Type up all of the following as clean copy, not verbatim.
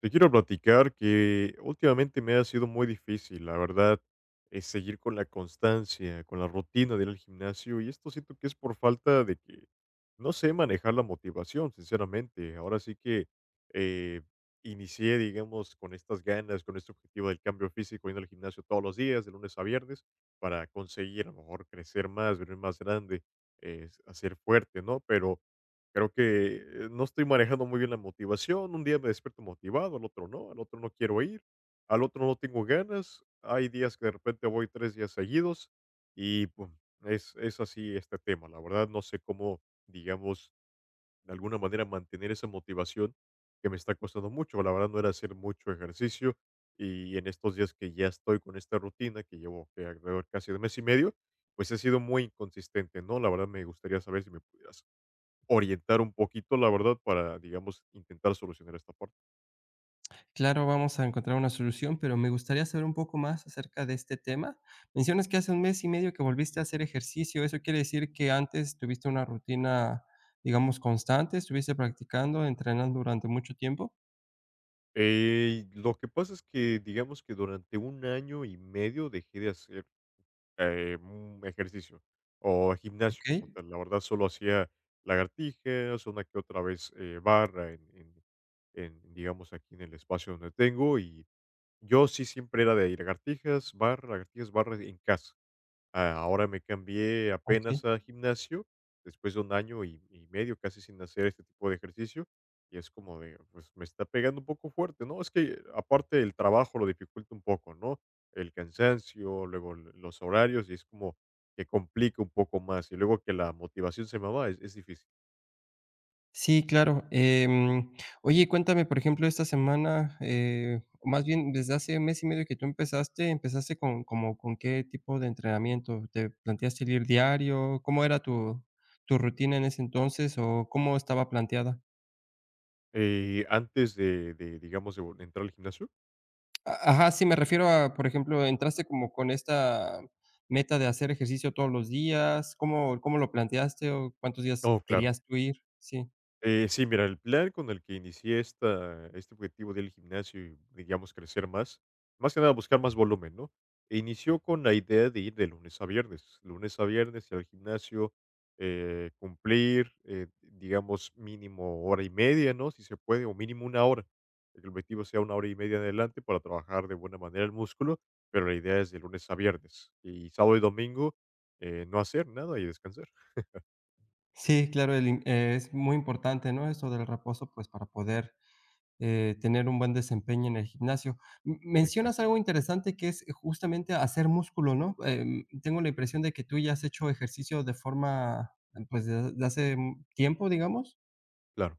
Te quiero platicar que últimamente me ha sido muy difícil, la verdad, seguir con la constancia, con la rutina de ir al gimnasio, y esto siento que es por falta de que no sé manejar la motivación, sinceramente. Ahora sí que eh, inicié, digamos, con estas ganas, con este objetivo del cambio físico, yendo al gimnasio todos los días, de lunes a viernes, para conseguir a lo mejor crecer más, verme más grande, hacer fuerte, ¿no? Pero creo que no estoy manejando muy bien la motivación. Un día me despierto motivado, al otro no quiero ir, al otro no tengo ganas. Hay días que de repente voy tres días seguidos y pum, es así este tema. La verdad no sé cómo, digamos, de alguna manera mantener esa motivación que me está costando mucho. La verdad no era hacer mucho ejercicio y en estos días que ya estoy con esta rutina que llevo que alrededor casi de mes y medio, pues he sido muy inconsistente, ¿no? La verdad me gustaría saber si me pudieras orientar un poquito, la verdad, para, digamos, intentar solucionar esta parte. Claro, vamos a encontrar una solución, pero me gustaría saber un poco más acerca de este tema. Mencionas que hace un mes y medio que volviste a hacer ejercicio. ¿Eso quiere decir que antes tuviste una rutina, digamos, constante? ¿Estuviste practicando, entrenando durante mucho tiempo? Lo que pasa es que, digamos que durante un año y medio dejé de hacer ejercicio o gimnasio Ok, como tal. La verdad, solo hacía lagartijas, una que otra vez barra en, digamos, aquí en el espacio donde tengo. Y yo sí siempre era de lagartijas, barra en casa. Ah, ahora me cambié ok. apenas a gimnasio, después de un año y medio casi sin hacer este tipo de ejercicio, y es como de, pues me está pegando un poco fuerte, ¿no? Es que aparte el trabajo lo dificulta un poco, ¿no? El cansancio, luego los horarios, y es como que complica un poco más, y luego que la motivación se me va, es difícil. Sí, claro. Oye, cuéntame, por ejemplo, esta semana, o más bien desde hace un mes y medio que tú empezaste, ¿empezaste con como con qué tipo de entrenamiento? ¿Te planteaste el ir diario? ¿Cómo era tu rutina en ese entonces o cómo estaba planteada? Antes de, digamos, entrar al gimnasio, A ajá, sí, me refiero a, por ejemplo, ¿entraste como con esta meta de hacer ejercicio todos los días? ¿Cómo lo planteaste o cuántos días oh, claro. querías tú ir? Sí. Sí, mira, el plan con el que inicié esta este objetivo del gimnasio y, digamos, crecer más, más que nada buscar más volumen, ¿no? Inició con la idea de ir de lunes a viernes ir al gimnasio, cumplir, digamos, mínimo hora y media, ¿no? Si se puede, o mínimo una hora. Que el objetivo sea una hora y media en adelante para trabajar de buena manera el músculo, pero la idea es de lunes a viernes y sábado y domingo, no hacer nada y descansar. Sí, claro, el im es muy importante, ¿no? Esto del reposo, pues, para poder tener un buen desempeño en el gimnasio. Mencionas Exacto, algo interesante que es justamente hacer músculo, ¿no? Tengo la impresión de que tú ya has hecho ejercicio de forma, pues, de hace tiempo, digamos. claro.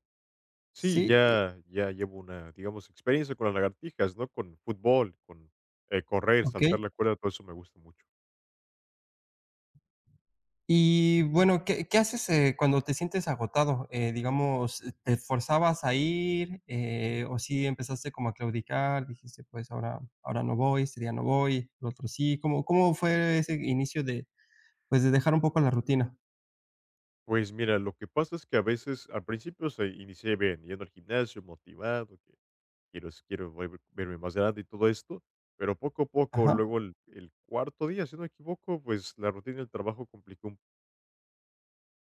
Sí, Sí, ya llevo una, digamos, experiencia con las lagartijas, ¿no? Con fútbol, con, correr, ok. saltar la cuerda, todo eso me gusta mucho. Y bueno, ¿qué haces cuando te sientes agotado? Digamos, ¿te forzabas a ir o si empezaste como a claudicar? Dijiste, pues ahora, ahora no voy, este día no voy, el otro sí. ¿Cómo fue ese inicio de, pues, de dejar un poco la rutina? Pues mira, lo que pasa es que a veces al principio se inicié bien, yendo al gimnasio, motivado, que quiero verme más grande y todo esto, pero poco a poco, Ajá. luego el cuarto día, si no me equivoco, pues la rutina del trabajo complicó un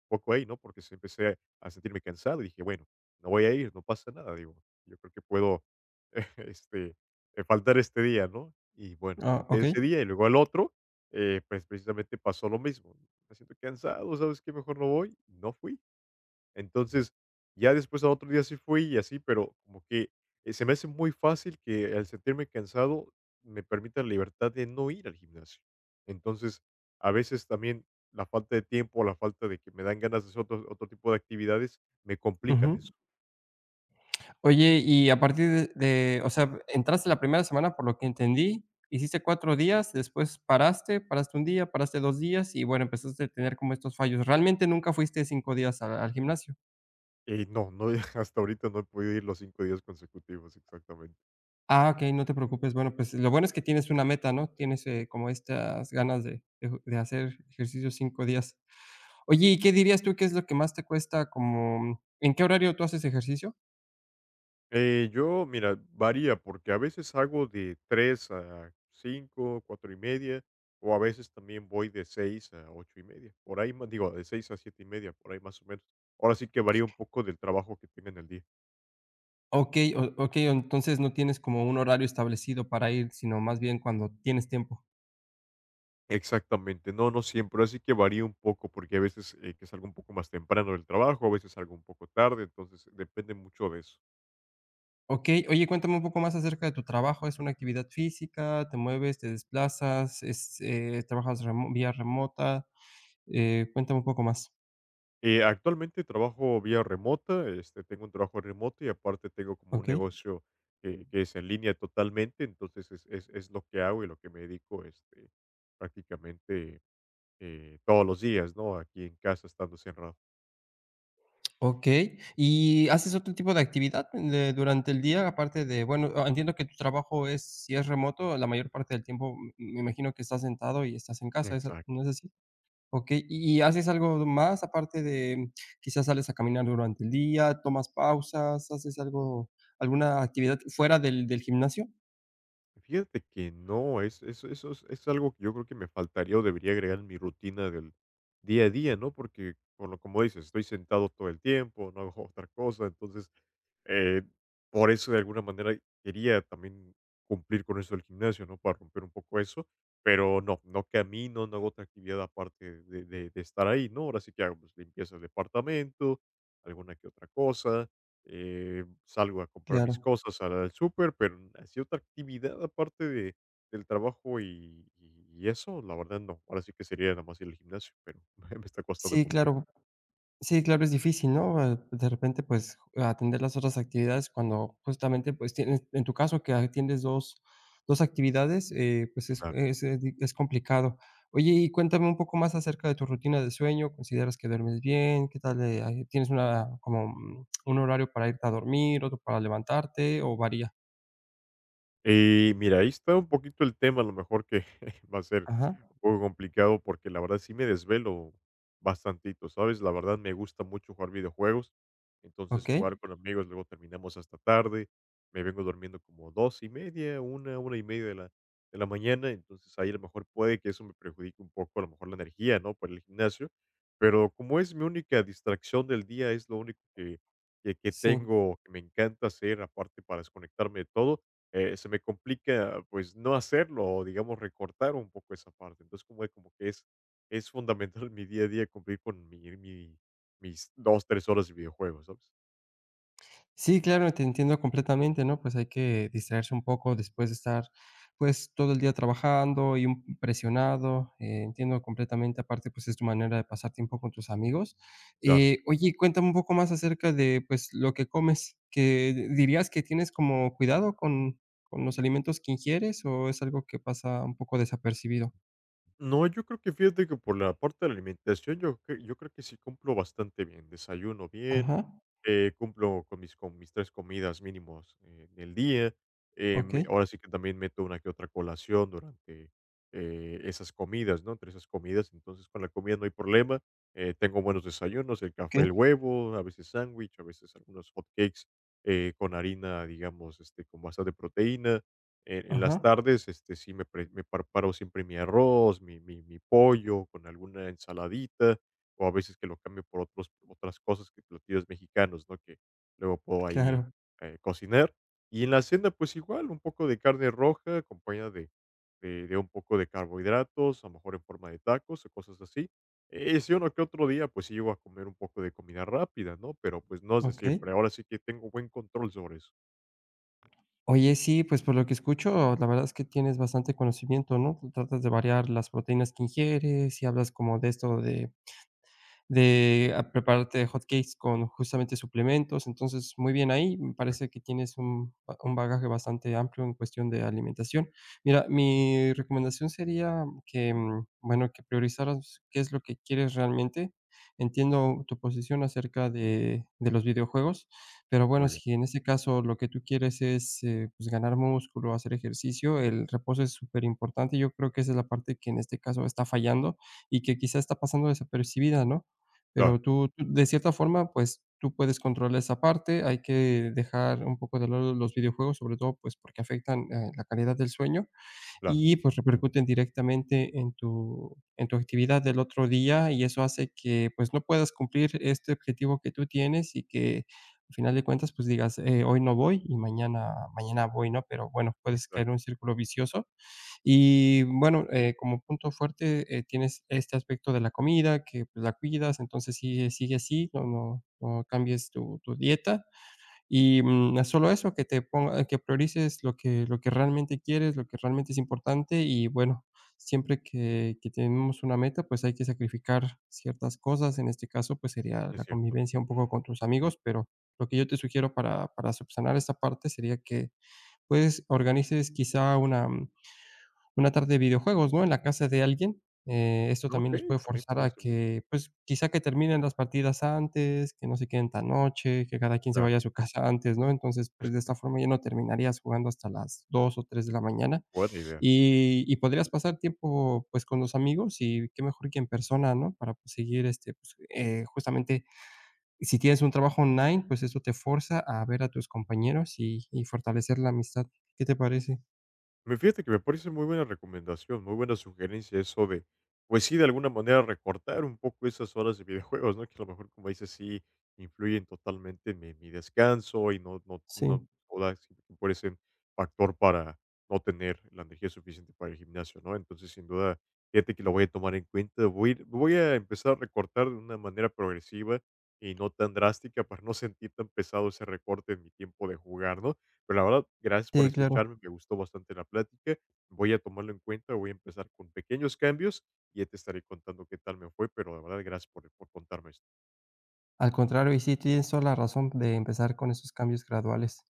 poco ahí, ¿no? Porque sí empecé a sentirme cansado y dije, bueno, no voy a ir, no pasa nada, digo, yo creo que puedo, este, faltar este día, ¿no? Y bueno, Ah, falté ese okey. día y luego al otro, pues precisamente pasó lo mismo. Me siento cansado, ¿sabes qué? Mejor no voy, no fui. Entonces, ya después al otro día sí fui y así, pero como que, se me hace muy fácil que al sentirme cansado me permita la libertad de no ir al gimnasio. Entonces, a veces también la falta de tiempo o la falta de que me dan ganas de hacer otro tipo de actividades me complican Ujú. eso. Oye, y a partir de, o sea, entraste la primera semana, por lo que entendí, hiciste 4 días, después paraste, paraste un día, paraste 2 días y, bueno, empezaste a tener como estos fallos. ¿Realmente nunca fuiste 5 días a al gimnasio? Y no, no, hasta ahorita no he podido ir los 5 días consecutivos, exactamente. Ah, okey, no te preocupes. Bueno, pues, lo bueno es que tienes una meta, ¿no? Tienes, como estas ganas de hacer ejercicio 5 días. Oye, ¿y qué dirías tú que es lo que más te cuesta como en qué horario tú haces ejercicio? Yo, mira, varía, porque a veces hago de 3 a 5 4:30, o a veces también voy de 6 a 8:30, por ahí más, digo, de 6 a 7:30, por ahí más o menos. Ahora sí que varía un poco del trabajo que tenga en el día. Okey, entonces no tienes como un horario establecido para ir, sino más bien cuando tienes tiempo. Exactamente, no, no siempre, así que varía un poco, porque a veces que salgo un poco más temprano del trabajo, a veces salgo un poco tarde, entonces depende mucho de eso. Okey, oye, cuéntame un poco más acerca de tu trabajo, ¿es una actividad física? ¿Te mueves, te desplazas? ¿Trabajas remo vía remota? Cuéntame un poco más. Actualmente trabajo vía remota, este, tengo un trabajo remoto y aparte tengo como un Okey, negocio que es en línea totalmente, entonces es lo que hago y lo que me dedico prácticamente todos los días, ¿no? Aquí en casa estando cerrado. okey, ¿y haces otro tipo de actividad de durante el día? Aparte de, bueno, ah, entiendo que tu trabajo es si es remoto, la mayor parte del tiempo, me imagino que estás sentado y estás en casa, ¿es a no Exacto. es así? Okey, ¿Y haces algo más aparte de, quizás sales a caminar durante el día, tomas pausas, haces algo alguna actividad fuera del gimnasio? Fíjate que no, es eso es algo que yo creo que me faltaría o debería agregar en mi rutina del día a día, ¿no? Porque, por lo como dices, estoy sentado todo el tiempo, no hago otra cosa, entonces, eh, por eso de alguna manera quería también cumplir con eso del gimnasio, ¿no? Para romper un poco eso, pero no, no camino, no hago otra actividad aparte de estar ahí, ¿no? Ahora sí que hago, pues, limpieza del departamento, alguna que otra cosa, salgo a comprar mis Claro. cosas al súper, pero hacía otra actividad aparte de del trabajo y eso, la verdad no. Ahora sí que sería nada más ir al gimnasio, pero me está costando Sí, cumplir. claro. Sí, claro, es difícil, ¿no? De repente, pues, ju atender las otras actividades cuando justamente, pues, tienes en tu caso que atiendes dos actividades, pues, es complicado. Oye, y cuéntame un poco más acerca de tu rutina de sueño, ¿consideras que duermes bien? ¿Qué tal, ahí tienes una como, un horario para irte a dormir, otro para levantarte o varía? Y mira, ahí está un poquito el tema, a lo mejor que va a ser Ajá, un poco complicado porque la verdad sí me desvelo bastantito, ¿sabes? La verdad me gusta mucho jugar videojuegos, entonces jugar okey, con amigos, luego terminamos hasta tarde, me vengo durmiendo como 2:30, 1:30 de la mañana, entonces ahí a lo mejor puede que eso me perjudique un poco, a lo mejor la energía, ¿no? Por el gimnasio, pero como es mi única distracción del día, es lo único que sí. tengo, que me encanta hacer aparte para desconectarme de todo se me complica, pues, no hacerlo o, digamos, recortar un poco esa parte. Entonces, como que es fundamental en mi día a día cumplir con mi mi mis 2 3 horas de videojuegos, ¿sabes? Sí, claro, te entiendo completamente, ¿no? Pues hay que distraerse un poco después de estar, pues, todo el día trabajando y un presionado. Entiendo completamente, aparte, pues es tu manera de pasar tiempo con tus amigos. Claro. Oye, cuéntame un poco más acerca de, pues, lo que comes. ¿Que dirías que tienes como cuidado con, los alimentos que ingieres o es algo que pasa un poco desapercibido? No, yo creo que fíjate que por la parte de la alimentación, yo, yo creo que sí cumplo bastante bien. Desayuno bien, Ajá, cumplo con con mis tres comidas mínimos en el día. Ok, Ahora sí que también meto una que otra colación durante esas comidas, ¿no? Entre esas comidas, entonces con la comida no hay problema. Tengo buenos desayunos, el ok, café, el huevo, a veces sándwich, a veces algunos hot cakes con harina, digamos, este, con bastante proteína en las ajá, tardes, este, sí me, me preparo siempre mi arroz, mi pollo con alguna ensaladita, o a veces que lo cambio por otros, otras cosas que platillos mexicanos, ¿no? Que luego puedo ahí claro, cocinar. Y en la cena, pues igual, un poco de carne roja acompañada de un poco de carbohidratos, a lo mejor en forma de tacos o cosas así. Si uno que otro día, pues sí llego a comer un poco de comida rápida, ¿no? Pero pues no es de ok. siempre. Ahora sí que tengo buen control sobre eso. Oye, sí, pues por lo que escucho, la verdad es que tienes bastante conocimiento, ¿no? Tú tratas de variar las proteínas que ingieres y hablas como de esto de a prepararte hotcakes con justamente suplementos. Entonces, muy bien ahí, me Ah, parece que tienes un bagaje bastante amplio en cuestión de alimentación. Mira, mi recomendación sería que, bueno, que priorizaras qué es lo que quieres realmente. Entiendo tu posición acerca de los videojuegos, pero bueno, muy bien. si en este caso lo que tú quieres es, pues, ganar músculo, hacer ejercicio, el reposo es súper importante. Yo creo que esa es la parte que en este caso está fallando y que quizá está pasando desapercibida, ¿no? Pero Claro, tú, de cierta forma, pues, tú puedes controlar esa parte, hay que dejar un poco de lado los videojuegos, sobre todo, pues, porque afectan, la calidad del sueño claro. y, pues, repercuten directamente en tu actividad del otro día, y eso hace que, pues, no puedas cumplir este objetivo que tú tienes y que, al final de cuentas, pues, digas: hoy no voy y mañana mañana voy", ¿no? Pero, bueno, puedes caer en un Exacto. círculo vicioso. Y bueno, como punto fuerte, tienes este aspecto de la comida, que pues, la cuidas, entonces sigue, sigue así, no, no, no cambies tu dieta. Y no solo eso, que priorices lo que, realmente quieres, lo que realmente es importante. Y bueno, siempre que tenemos una meta, pues hay que sacrificar ciertas cosas. En este caso, pues sería Es la cierto. convivencia un poco con tus amigos, pero lo que yo te sugiero para subsanar esta parte sería que pues organices quizá una tarde de videojuegos, ¿no?, en la casa de alguien, esto también los Okey, puede también forzar podría a ser bueno. que, pues, quizá que terminen las partidas antes, que no se queden tan noche, que cada quien se Claro, vaya a su casa antes, ¿no? Entonces, pues, de esta forma ya no terminarías jugando hasta las 2 o 3 de la mañana, buena idea. y podrías pasar tiempo, pues, con los amigos y qué mejor que en persona, ¿no?, para, pues, seguir, este, pues, justamente, si tienes un trabajo online, pues, eso te forza a ver a tus compañeros y fortalecer la amistad, ¿qué te parece? Me Fíjate que me parece muy buena recomendación, muy buena sugerencia eso de, pues sí, de alguna manera recortar un poco esas horas de videojuegos, ¿no? Que a lo mejor, como dices, sí influyen totalmente en mi descanso y no, no, Sí, no, sí, que por ese factor para no tener la energía suficiente para el gimnasio, ¿no? Entonces, sin duda, fíjate que lo voy a tomar en cuenta, voy a empezar a recortar de una manera progresiva y no tan drástica para no sentir tan pesado ese recorte en mi tiempo de jugar, ¿no? Pero la verdad, gracias por sí, claro. escucharme, me gustó bastante la plática. Voy a tomarlo en cuenta, voy a empezar con pequeños cambios y ya te estaré contando qué tal me fue, pero de verdad, gracias por contarme esto. Al contrario, y sí, tienes toda la razón de empezar con esos cambios graduales.